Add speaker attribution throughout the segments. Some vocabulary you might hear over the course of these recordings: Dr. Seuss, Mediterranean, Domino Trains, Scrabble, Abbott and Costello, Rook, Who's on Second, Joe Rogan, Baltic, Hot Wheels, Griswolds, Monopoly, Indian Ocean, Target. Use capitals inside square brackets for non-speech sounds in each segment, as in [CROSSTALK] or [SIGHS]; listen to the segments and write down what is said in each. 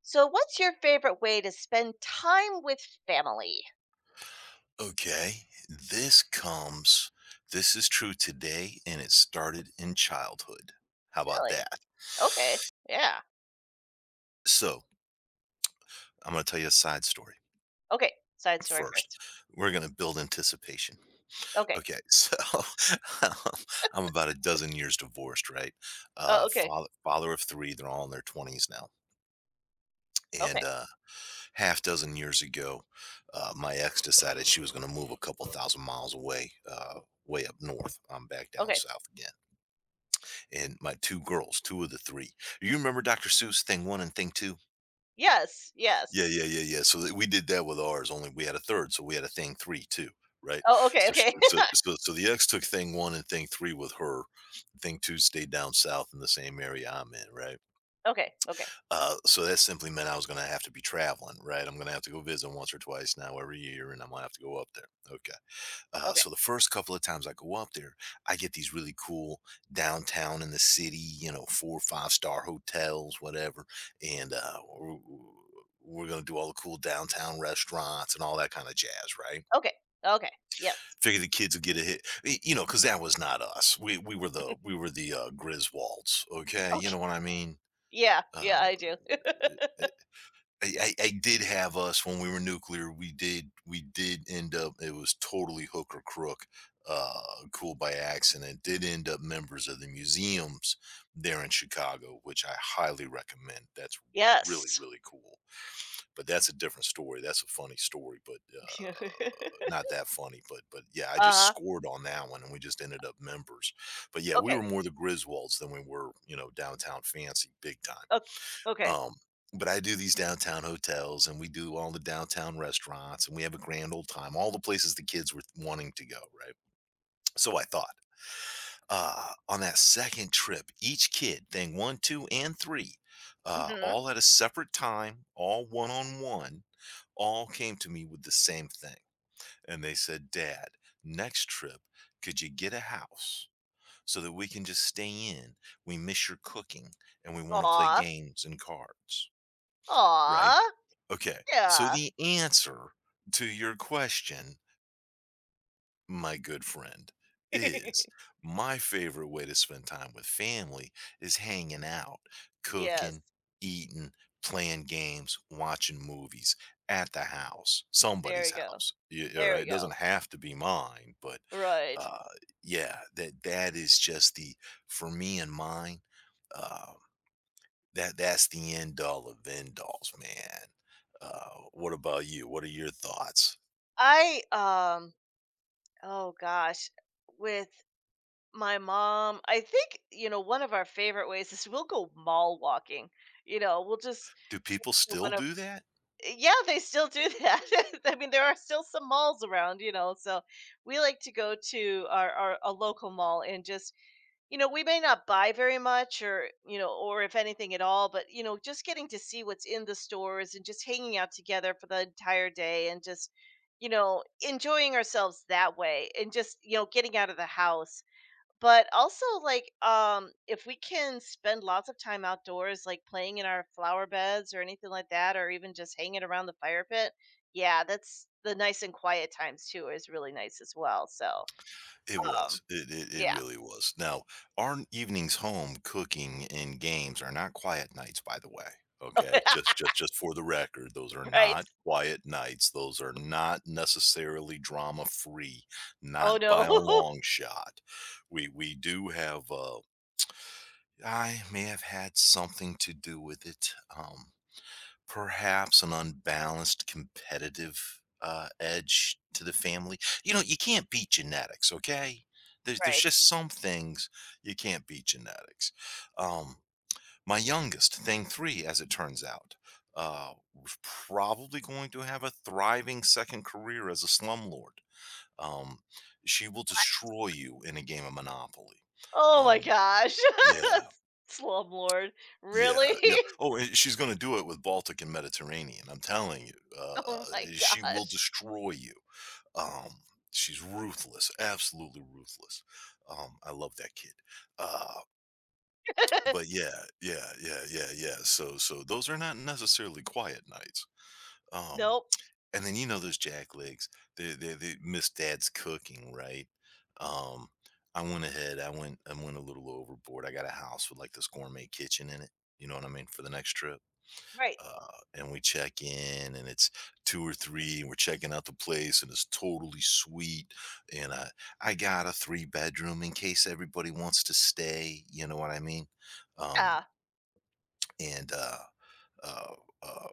Speaker 1: So, what's your favorite way to spend time with family?
Speaker 2: Okay, this comes this is true today and it started in childhood. How about
Speaker 1: Really?
Speaker 2: that?
Speaker 1: Okay. Yeah.
Speaker 2: So, I'm gonna tell you a side story
Speaker 1: Okay. Side story
Speaker 2: first.
Speaker 1: first.
Speaker 2: We're gonna build anticipation.
Speaker 1: Okay.
Speaker 2: Okay, so [LAUGHS] I'm about a dozen years divorced, right?
Speaker 1: Oh,
Speaker 2: Uh,
Speaker 1: okay.
Speaker 2: father father of 3, they're all in their 20s now. And,
Speaker 1: Okay.
Speaker 2: uh, Half dozen years ago, my ex decided she was gonna move a couple thousand miles away, way up north. I'm back down
Speaker 1: Okay.
Speaker 2: south again. And my 2 girls, 2 of the 3. You remember Dr. Seuss Thing 1 and Thing 2?
Speaker 1: Yes.
Speaker 2: Yeah,
Speaker 1: Yes.
Speaker 2: yeah, yeah, yeah, so, that we did that with ours, only we had a 3rd, so we had a Thing 3 too, right?
Speaker 1: Oh, okay.
Speaker 2: So sh
Speaker 1: Okay.
Speaker 2: so so so the ex took Thing 1 and Thing 3 with her. Thing 2 stayed down south in the same area I'm in, right?
Speaker 1: [LAUGHS] Okay. Okay.
Speaker 2: So that simply meant I was gonna have to be traveling, right? I'm gonna have to go visit once or twice now every year, and I'm gonna have to go up there. Okay. Uh,
Speaker 1: Okay.
Speaker 2: so the first couple of times I go up there, I get these really cool downtown in the city, you know, four or five-star hotels, whatever. And uh, we're, we're going to do all the cool downtown restaurants and all that kind of jazz, right?
Speaker 1: Okay. Okay. Yes.
Speaker 2: Figure the kids will get a hit, you know, because that was not us. We were the Griswolds, okay? You
Speaker 1: Okay.
Speaker 2: know
Speaker 1: [LAUGHS]
Speaker 2: what I mean?
Speaker 1: Yeah.
Speaker 2: Uh,
Speaker 1: Yeah, I do. [LAUGHS]
Speaker 2: I did have us when we were nuclear. We did end up. It was totally hook or crook, uh, cool by accident. Did end up members of the museums there in Chicago, which I highly recommend. That's really
Speaker 1: Yes.
Speaker 2: really cool. But that's a different story. That's a funny story, but
Speaker 1: [LAUGHS]
Speaker 2: not that funny. But yeah, I just
Speaker 1: Uh-huh.
Speaker 2: scored on that one, and we just ended up members. But yeah, we
Speaker 1: Okay.
Speaker 2: were more the Griswolds than we were, you know, downtown fancy big time.
Speaker 1: Okay. Okay.
Speaker 2: Um, but I do these downtown hotels and we do all the downtown restaurants and we have a grand old time, all the places the kids were wanting to go, right? So I thought, on that second trip, each kid, thing one, two, and three,
Speaker 1: Mhm.
Speaker 2: all at a separate time, all one on one, all came to me with the same thing. And they said, Dad, next trip, could you get a house so that we can just stay in? We miss your cooking and we want to play
Speaker 1: Aw.
Speaker 2: games and cards. Right?
Speaker 1: Aw.
Speaker 2: Okay. So
Speaker 1: Yeah.
Speaker 2: the answer to your question, my good friend, is
Speaker 1: [LAUGHS]
Speaker 2: my favorite way to spend time with family is hanging out,
Speaker 1: Yes.
Speaker 2: cooking, eating, playing games, watching movies at the house,
Speaker 1: There
Speaker 2: somebody's
Speaker 1: we go.
Speaker 2: house. All
Speaker 1: There
Speaker 2: right.
Speaker 1: we
Speaker 2: It
Speaker 1: go.
Speaker 2: doesn't have to be mine, but
Speaker 1: Right.
Speaker 2: uh, yeah, that is just the for me and mine. Uh, that's the end all of end alls, man. What about you? What are your thoughts?
Speaker 1: I oh gosh, with my mom, I think one of our favorite ways is we'll go mall walking. We'll just
Speaker 2: Do people still
Speaker 1: one of
Speaker 2: do that?
Speaker 1: yeah, they still do that. [LAUGHS] I mean, there are still some malls around, So we like to go to our a local mall and just we may not buy very much or, or if anything at all, but, just getting to see what's in the stores and just hanging out together for the entire day and just, you know, enjoying ourselves that way and just, getting out of the house. But also like if we can spend lots of time outdoors like playing in our flower beds or anything like that or even just hanging around the fire pit, yeah, that's the nice and quiet times too is really nice as well. So,
Speaker 2: It
Speaker 1: um
Speaker 2: was. It
Speaker 1: yeah.
Speaker 2: really was. Now, our evenings home cooking and games are not quiet nights, by the way.
Speaker 1: [LAUGHS]
Speaker 2: Okay, just for the record, those are
Speaker 1: Right?
Speaker 2: not quiet nights. Those are not necessarily drama free, not
Speaker 1: Oh,
Speaker 2: by
Speaker 1: no.
Speaker 2: a
Speaker 1: [LAUGHS]
Speaker 2: long shot. We do have. I may have had something to do with it. Perhaps an unbalanced competitive, edge to the family. You know, you can't beat genetics, okay? There's
Speaker 1: Right.
Speaker 2: just some things you can't beat genetics. Um, my youngest, thing 3, as it turns out, was probably going to have a thriving second career as a slumlord. Um, she will destroy you in a game of Monopoly.
Speaker 1: Oh my
Speaker 2: Um,
Speaker 1: gosh.
Speaker 2: yeah.
Speaker 1: [LAUGHS] Slumlord.
Speaker 2: Yeah,
Speaker 1: Really?
Speaker 2: yeah.
Speaker 1: [LAUGHS]
Speaker 2: Oh, and she's gonna do it with Baltic and Mediterranean, I'm telling you.
Speaker 1: Oh my
Speaker 2: She will
Speaker 1: gosh.
Speaker 2: destroy you. Um, she's ruthless, absolutely ruthless. I love that kid. Uh, but yeah, yeah, yeah, yeah, yeah. So those are not necessarily quiet nights.
Speaker 1: [LAUGHS]
Speaker 2: Um,
Speaker 1: Nope.
Speaker 2: and then you know those jack legs. They miss dad's cooking, right? Um, I went ahead. I went a little overboard. I got a house with like this gourmet kitchen in it. You know what I mean for the next trip,
Speaker 1: Right.
Speaker 2: uh, and we check in and it's two or three and we're checking out the place and it's totally sweet and I got a three bedroom in case everybody wants to stay, you know what I mean. Um
Speaker 1: Yeah.
Speaker 2: and uh, uh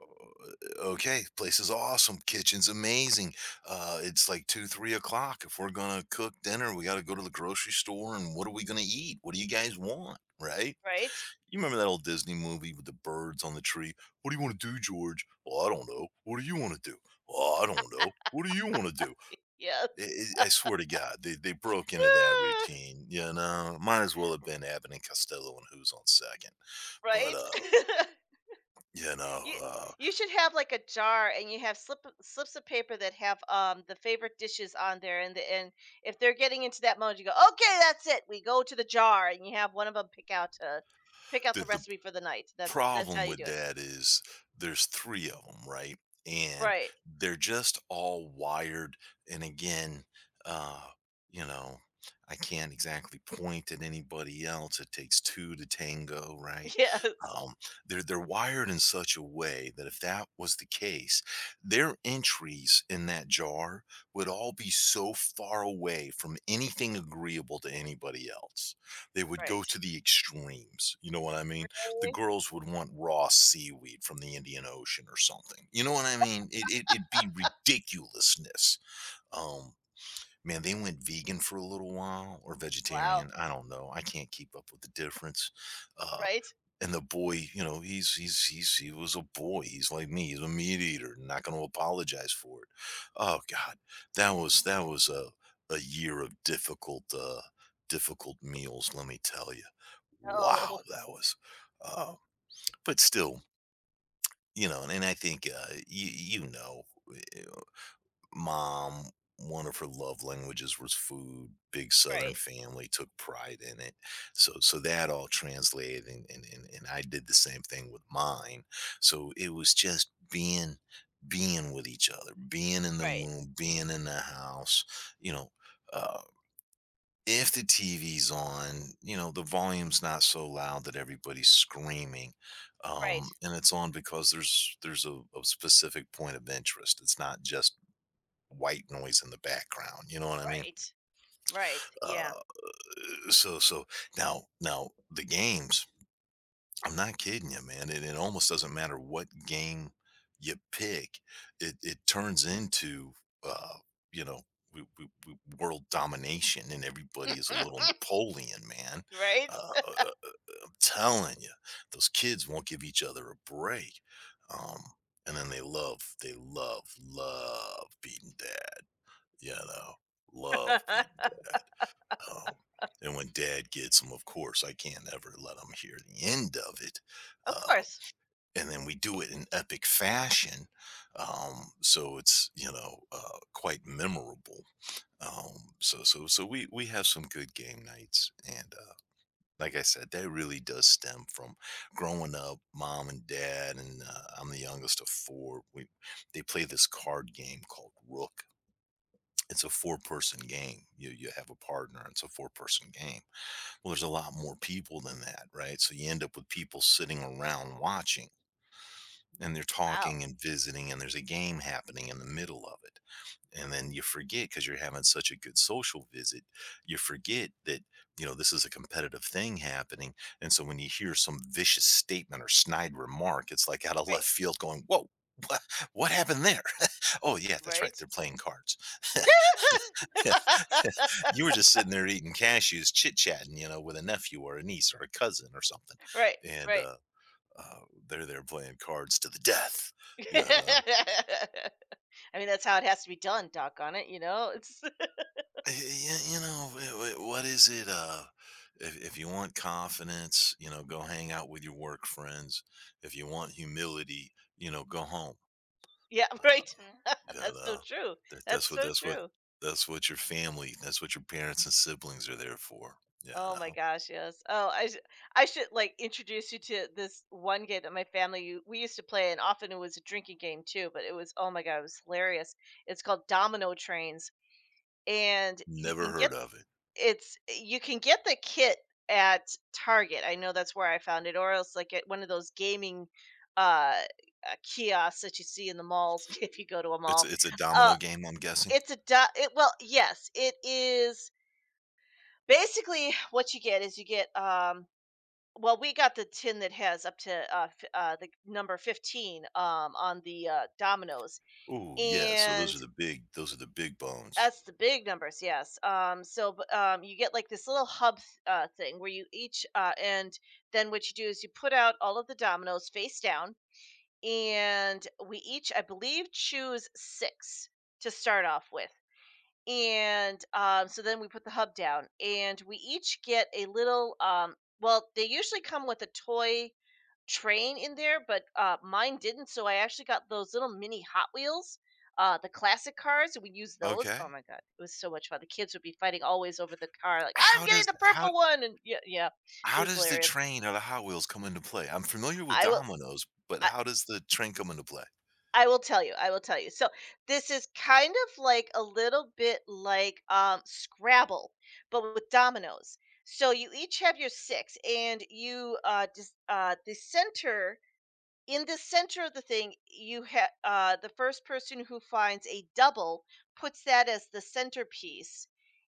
Speaker 2: okay, place is awesome, kitchen's amazing. It's like 2, 3 o'clock. If we're gonna cook dinner, we gotta go to the grocery store, and what are we gonna eat, what do you guys want, right?
Speaker 1: Right?
Speaker 2: You remember that old Disney movie with the birds on the tree? What do you want to do, George? Well, I don't know. What do you want to do? Well, I don't know. What do you want to do?
Speaker 1: Yeah.
Speaker 2: I swear to God, they
Speaker 1: [SIGHS]
Speaker 2: broke into that
Speaker 1: Ah,
Speaker 2: routine. You know, might as well have been Abbott and Costello and Who's on Second. But
Speaker 1: right? [LAUGHS]
Speaker 2: you know,
Speaker 1: You
Speaker 2: uh,
Speaker 1: you should have, like, a jar and you have slips of paper that have, the favorite dishes on there, and the and if they're getting into that mode, you go, "Okay, that's it. We go to the jar," and you have one of them pick out
Speaker 2: the
Speaker 1: the
Speaker 2: the
Speaker 1: recipe for the night. That's how
Speaker 2: problem
Speaker 1: you
Speaker 2: with
Speaker 1: do it.
Speaker 2: that is there's three of them, right? And
Speaker 1: Right.
Speaker 2: they're just all wired. And again, uh, you know, I can't exactly point at anybody else. It takes two to tango, right?
Speaker 1: [LAUGHS] Yes.
Speaker 2: Um, they're wired in such a way that if that was the case, their entries in that jar would all be so far away from anything agreeable to anybody else. They would go
Speaker 1: Right.
Speaker 2: to the extremes. You know what I mean? The
Speaker 1: Okay.
Speaker 2: girls would want raw seaweed from the Indian Ocean or something. You know what I mean? It'd be ridiculousness. Um, Man, they went vegan for a little while or
Speaker 1: Wow.
Speaker 2: vegetarian. I don't know. I can't keep up with the difference. Uh,
Speaker 1: Right?
Speaker 2: and the boy, you know, he's he was a boy. He's like me. He's a meat eater. Not going to apologize for it. Oh God, that was a year of difficult difficult meals. Let me tell you. Wow,
Speaker 1: Oh,
Speaker 2: that was. Uh, but still, you know, and I think, you know, eh, eh, mom, one of her love languages was food, big Southern
Speaker 1: [LAUGHS] right,
Speaker 2: family, took pride in it. So so that all translated and I did the same thing with mine. So it was just being being with each other, being in the
Speaker 1: right,
Speaker 2: room, being in the house, you know, uh if the TV's on, you know, the volume's not so loud that everybody's screaming.
Speaker 1: right,
Speaker 2: And it's on because there's a specific point of interest. It's not just white noise in the background. You know what I mean?
Speaker 1: right, right. Yeah.
Speaker 2: Uh, so now now the games. I'm not kidding you, man. It almost doesn't matter what game you pick. It turns into uh, you know. World domination, and everybody
Speaker 1: [LAUGHS]
Speaker 2: is a little Napoleon, man,
Speaker 1: Right?
Speaker 2: uh, telling you, those kids won't give each other a break. Um, and then love beating dad, you know, love beating
Speaker 1: [LAUGHS]
Speaker 2: dad. Um, and when dad gets them, of course, I can't ever let them hear the end of it.
Speaker 1: Of
Speaker 2: Uh,
Speaker 1: course.
Speaker 2: and then we do it in epic fashion. So it's, you know, quite memorable. So we have some good game nights, and, like I said, that really does stem from growing up, mom and dad, and I'm the youngest of four. We they play this card game called Rook. It's a four-person game. You have a partner. It's a four-person game. Well, there's a lot more people than that, right? So you end up with people sitting around watching, and they're
Speaker 1: Wow.
Speaker 2: talking and visiting, and there's a game happening in the middle of it. And then you forget, because you're having such a good social visit, you forget that, you know, this is a competitive thing happening. And so when you hear some vicious statement or snide remark, it's like out of
Speaker 1: Right,
Speaker 2: left field going, whoa, what, what happened there? [LAUGHS] Oh yeah, that's right,
Speaker 1: right.
Speaker 2: they're
Speaker 1: [LAUGHS]
Speaker 2: playing cards. [LAUGHS] Yeah. [LAUGHS] You were just sitting there eating cashews, chit chatting, you know, with a nephew or a niece or a cousin or something,
Speaker 1: Right,
Speaker 2: and
Speaker 1: right.
Speaker 2: uh, uh they're there playing cards to the death.
Speaker 1: [LAUGHS]
Speaker 2: Yeah.
Speaker 1: I mean, that's how it has to be done, Doc. On it, you know? It's [LAUGHS]
Speaker 2: Y- You know, what is it? If you want confidence, you know, go hang out with your work friends. If you want humility, you know, go home.
Speaker 1: yeah,
Speaker 2: Uh,
Speaker 1: right. [LAUGHS]
Speaker 2: yeah,
Speaker 1: That's so true.
Speaker 2: that, that's
Speaker 1: That's
Speaker 2: what
Speaker 1: so
Speaker 2: that's what
Speaker 1: true.
Speaker 2: that's what your family, that's what your parents and siblings are there for. Yeah,
Speaker 1: Oh my
Speaker 2: no,
Speaker 1: gosh, yes. Oh, I should like introduce you to this one game that my family we used to play, and often it was a drinking game too. But it was oh my god, it was hilarious. It's called Domino Trains, and
Speaker 2: never heard of it.
Speaker 1: you can get the kit at Target. I know that's where I found it, or else like at one of those gaming uh, kiosks that you see in the malls [LAUGHS] if you go to a
Speaker 2: It's
Speaker 1: mall.
Speaker 2: it's a
Speaker 1: Uh,
Speaker 2: domino game, I'm guessing.
Speaker 1: it, well, yes, it is basically what you get well, we got the tin that has up to, f the number 15, on the, dominoes,
Speaker 2: Oh yeah, so those
Speaker 1: and
Speaker 2: are the big those are the big bones.
Speaker 1: that's the big numbers, yes, so, but, you get, like, this little hub th thing where you each and then what you do is you put out all of the dominoes face down, and we each, I believe, choose 6 to start off with, and, so then we put the hub down, and we each get a little, well, they usually come with a toy train in there, but, mine didn't, so I actually got those little mini Hot Wheels, the classic cars, we used those. Oh
Speaker 2: Okay,
Speaker 1: my god, it was so much fun. The kids would be fighting always over the car, like, "I'm
Speaker 2: how
Speaker 1: getting
Speaker 2: does
Speaker 1: the
Speaker 2: how
Speaker 1: purple one!" And yeah, yeah, it
Speaker 2: How
Speaker 1: was
Speaker 2: does the
Speaker 1: hilarious.
Speaker 2: train or the Hot Wheels come into play? I'm familiar with
Speaker 1: I will
Speaker 2: dominoes, but
Speaker 1: I
Speaker 2: how does the train come into play?
Speaker 1: I will tell you, I will tell you. So, this is kind of like a little bit like, Scrabble, but with dominoes. So you each have your 6, and you, just, the center in the center of the thing you have the first person who finds a double puts that as the centerpiece.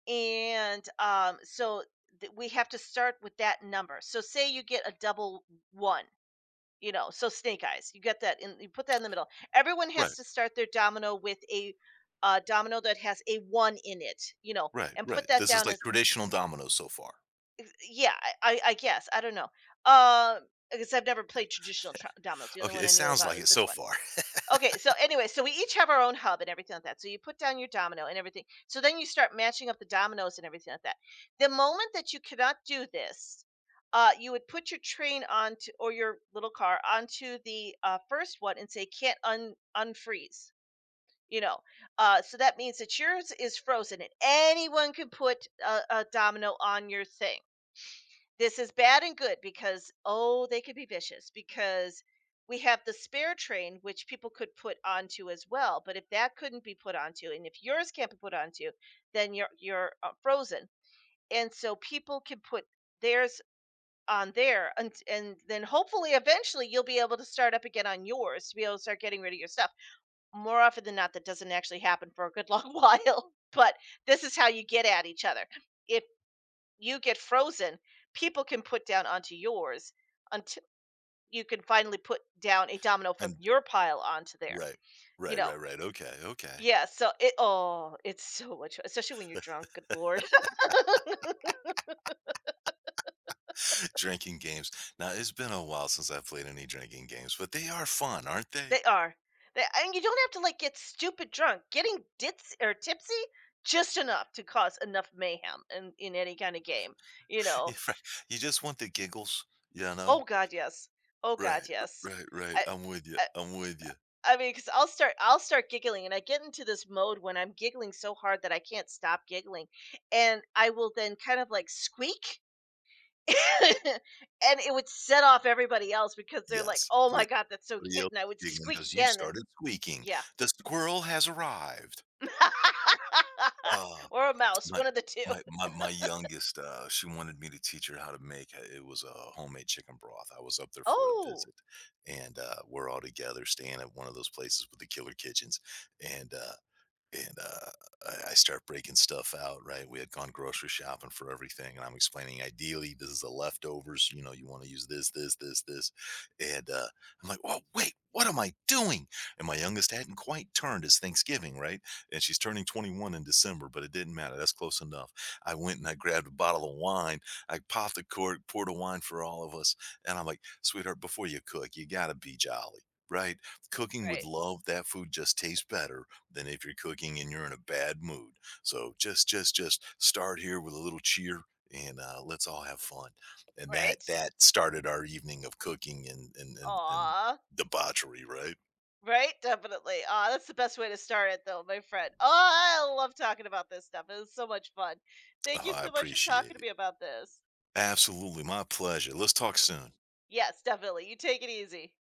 Speaker 1: And so we have to start with that number. So say you get a double one, so snake eyes, you get that and you put that in the middle. Everyone has
Speaker 2: Right,
Speaker 1: to start their domino with a domino that has a one in it.
Speaker 2: right,
Speaker 1: And
Speaker 2: right.
Speaker 1: put that
Speaker 2: This is
Speaker 1: down
Speaker 2: like
Speaker 1: as
Speaker 2: traditional dominoes so far.
Speaker 1: yeah, I guess I don't know, uh, because I've never played traditional dominoes. The only
Speaker 2: Okay,
Speaker 1: one
Speaker 2: it
Speaker 1: I knew
Speaker 2: sounds
Speaker 1: about
Speaker 2: like
Speaker 1: was
Speaker 2: it
Speaker 1: this
Speaker 2: so
Speaker 1: one.
Speaker 2: far. [LAUGHS]
Speaker 1: Okay, so anyway, so we each have our own hub and everything like that. So you put down your domino and everything. So then you start matching up the dominoes and everything like that. The moment that you cannot do this, you would put your train onto or your little car onto the first one and say can't un unfreeze. You know, so that means that yours is frozen and anyone can put a domino on your thing. This is bad and good because, oh, they could be vicious because we have the spare train, which people could put onto as well. But if that couldn't be put onto, and if yours can't be put onto, then you're frozen. And so people can put theirs on there, and then hopefully eventually you'll be able to start up again on yours to be able to start getting rid of your stuff. More often than not, that doesn't actually happen for a good long [LAUGHS] while. But this is how you get at each other. If you get frozen, people can put down onto yours until you can finally put down a domino from
Speaker 2: And
Speaker 1: your pile onto there,
Speaker 2: right,
Speaker 1: you
Speaker 2: right,
Speaker 1: know?
Speaker 2: right, right. Okay, okay.
Speaker 1: Yeah, so it oh, it's so much especially when you're drunk, good lord.
Speaker 2: [LAUGHS] Drinking games. Now it's been a while since I've played any drinking games, but they are fun, aren't
Speaker 1: [LAUGHS]
Speaker 2: they?
Speaker 1: They are. They, and you don't have to like get stupid drunk. Getting ditz or tipsy just enough to cause enough mayhem in any kind of game, you
Speaker 2: [LAUGHS] Yeah,
Speaker 1: know.
Speaker 2: right. You just want the giggles, you know?
Speaker 1: Oh god, yes. Oh
Speaker 2: Right,
Speaker 1: god, yes.
Speaker 2: right, right.
Speaker 1: I,
Speaker 2: I'm with you. I'm with you.
Speaker 1: I mean, because 'cause I'll start giggling, and I get into this mode when I'm giggling so hard that I can't stop giggling, and I will then kind of, like, squeak, [LAUGHS] and it would set off everybody else because they're like,
Speaker 2: Yes.
Speaker 1: "Oh my
Speaker 2: that
Speaker 1: god, that's so
Speaker 2: Somebody
Speaker 1: cute,"
Speaker 2: else
Speaker 1: and I would
Speaker 2: is giggling
Speaker 1: squeak
Speaker 2: because you've
Speaker 1: again and
Speaker 2: started squeaking.
Speaker 1: yeah.
Speaker 2: The squirrel has arrived.
Speaker 1: [LAUGHS]
Speaker 2: Uh,
Speaker 1: Or a mouse,
Speaker 2: my
Speaker 1: one of the 2.
Speaker 2: my
Speaker 1: [LAUGHS]
Speaker 2: my youngest, she wanted me to teach her how to make, it was a homemade chicken broth. I was up there for a
Speaker 1: Oh,
Speaker 2: visit, and we're all together staying at one of those places with the killer kitchens, and uh, and I start breaking stuff out. Right, we had gone grocery shopping for everything, and I'm explaining ideally this is the leftovers. You know, you want to use this, this, this, this, and I'm like, well, wait, what am I doing? And my youngest hadn't quite turned. His Thanksgiving, right? And she's turning 21 in December, but it didn't matter. That's close enough. I went and I grabbed a bottle of wine. I popped the cork, poured a wine for all of us, and I'm like, sweetheart, before you cook, you gotta be jolly. Right, cooking with
Speaker 1: right,
Speaker 2: love, that food just tastes better than if you're cooking and you're in a bad mood. So just start here with a little cheer, and let's all have fun. And that
Speaker 1: right.
Speaker 2: that started our evening of cooking, and
Speaker 1: Aw.
Speaker 2: debauchery, right?
Speaker 1: Right? Definitely. Ah, that's the best way to start it, though, my friend. Oh, I love talking about this stuff. It was so much fun. Thank
Speaker 2: Oh,
Speaker 1: you
Speaker 2: I
Speaker 1: so much for talking
Speaker 2: appreciate
Speaker 1: to
Speaker 2: it.
Speaker 1: me about this.
Speaker 2: Absolutely, my pleasure. Let's talk soon.
Speaker 1: Yes, definitely. You take it easy.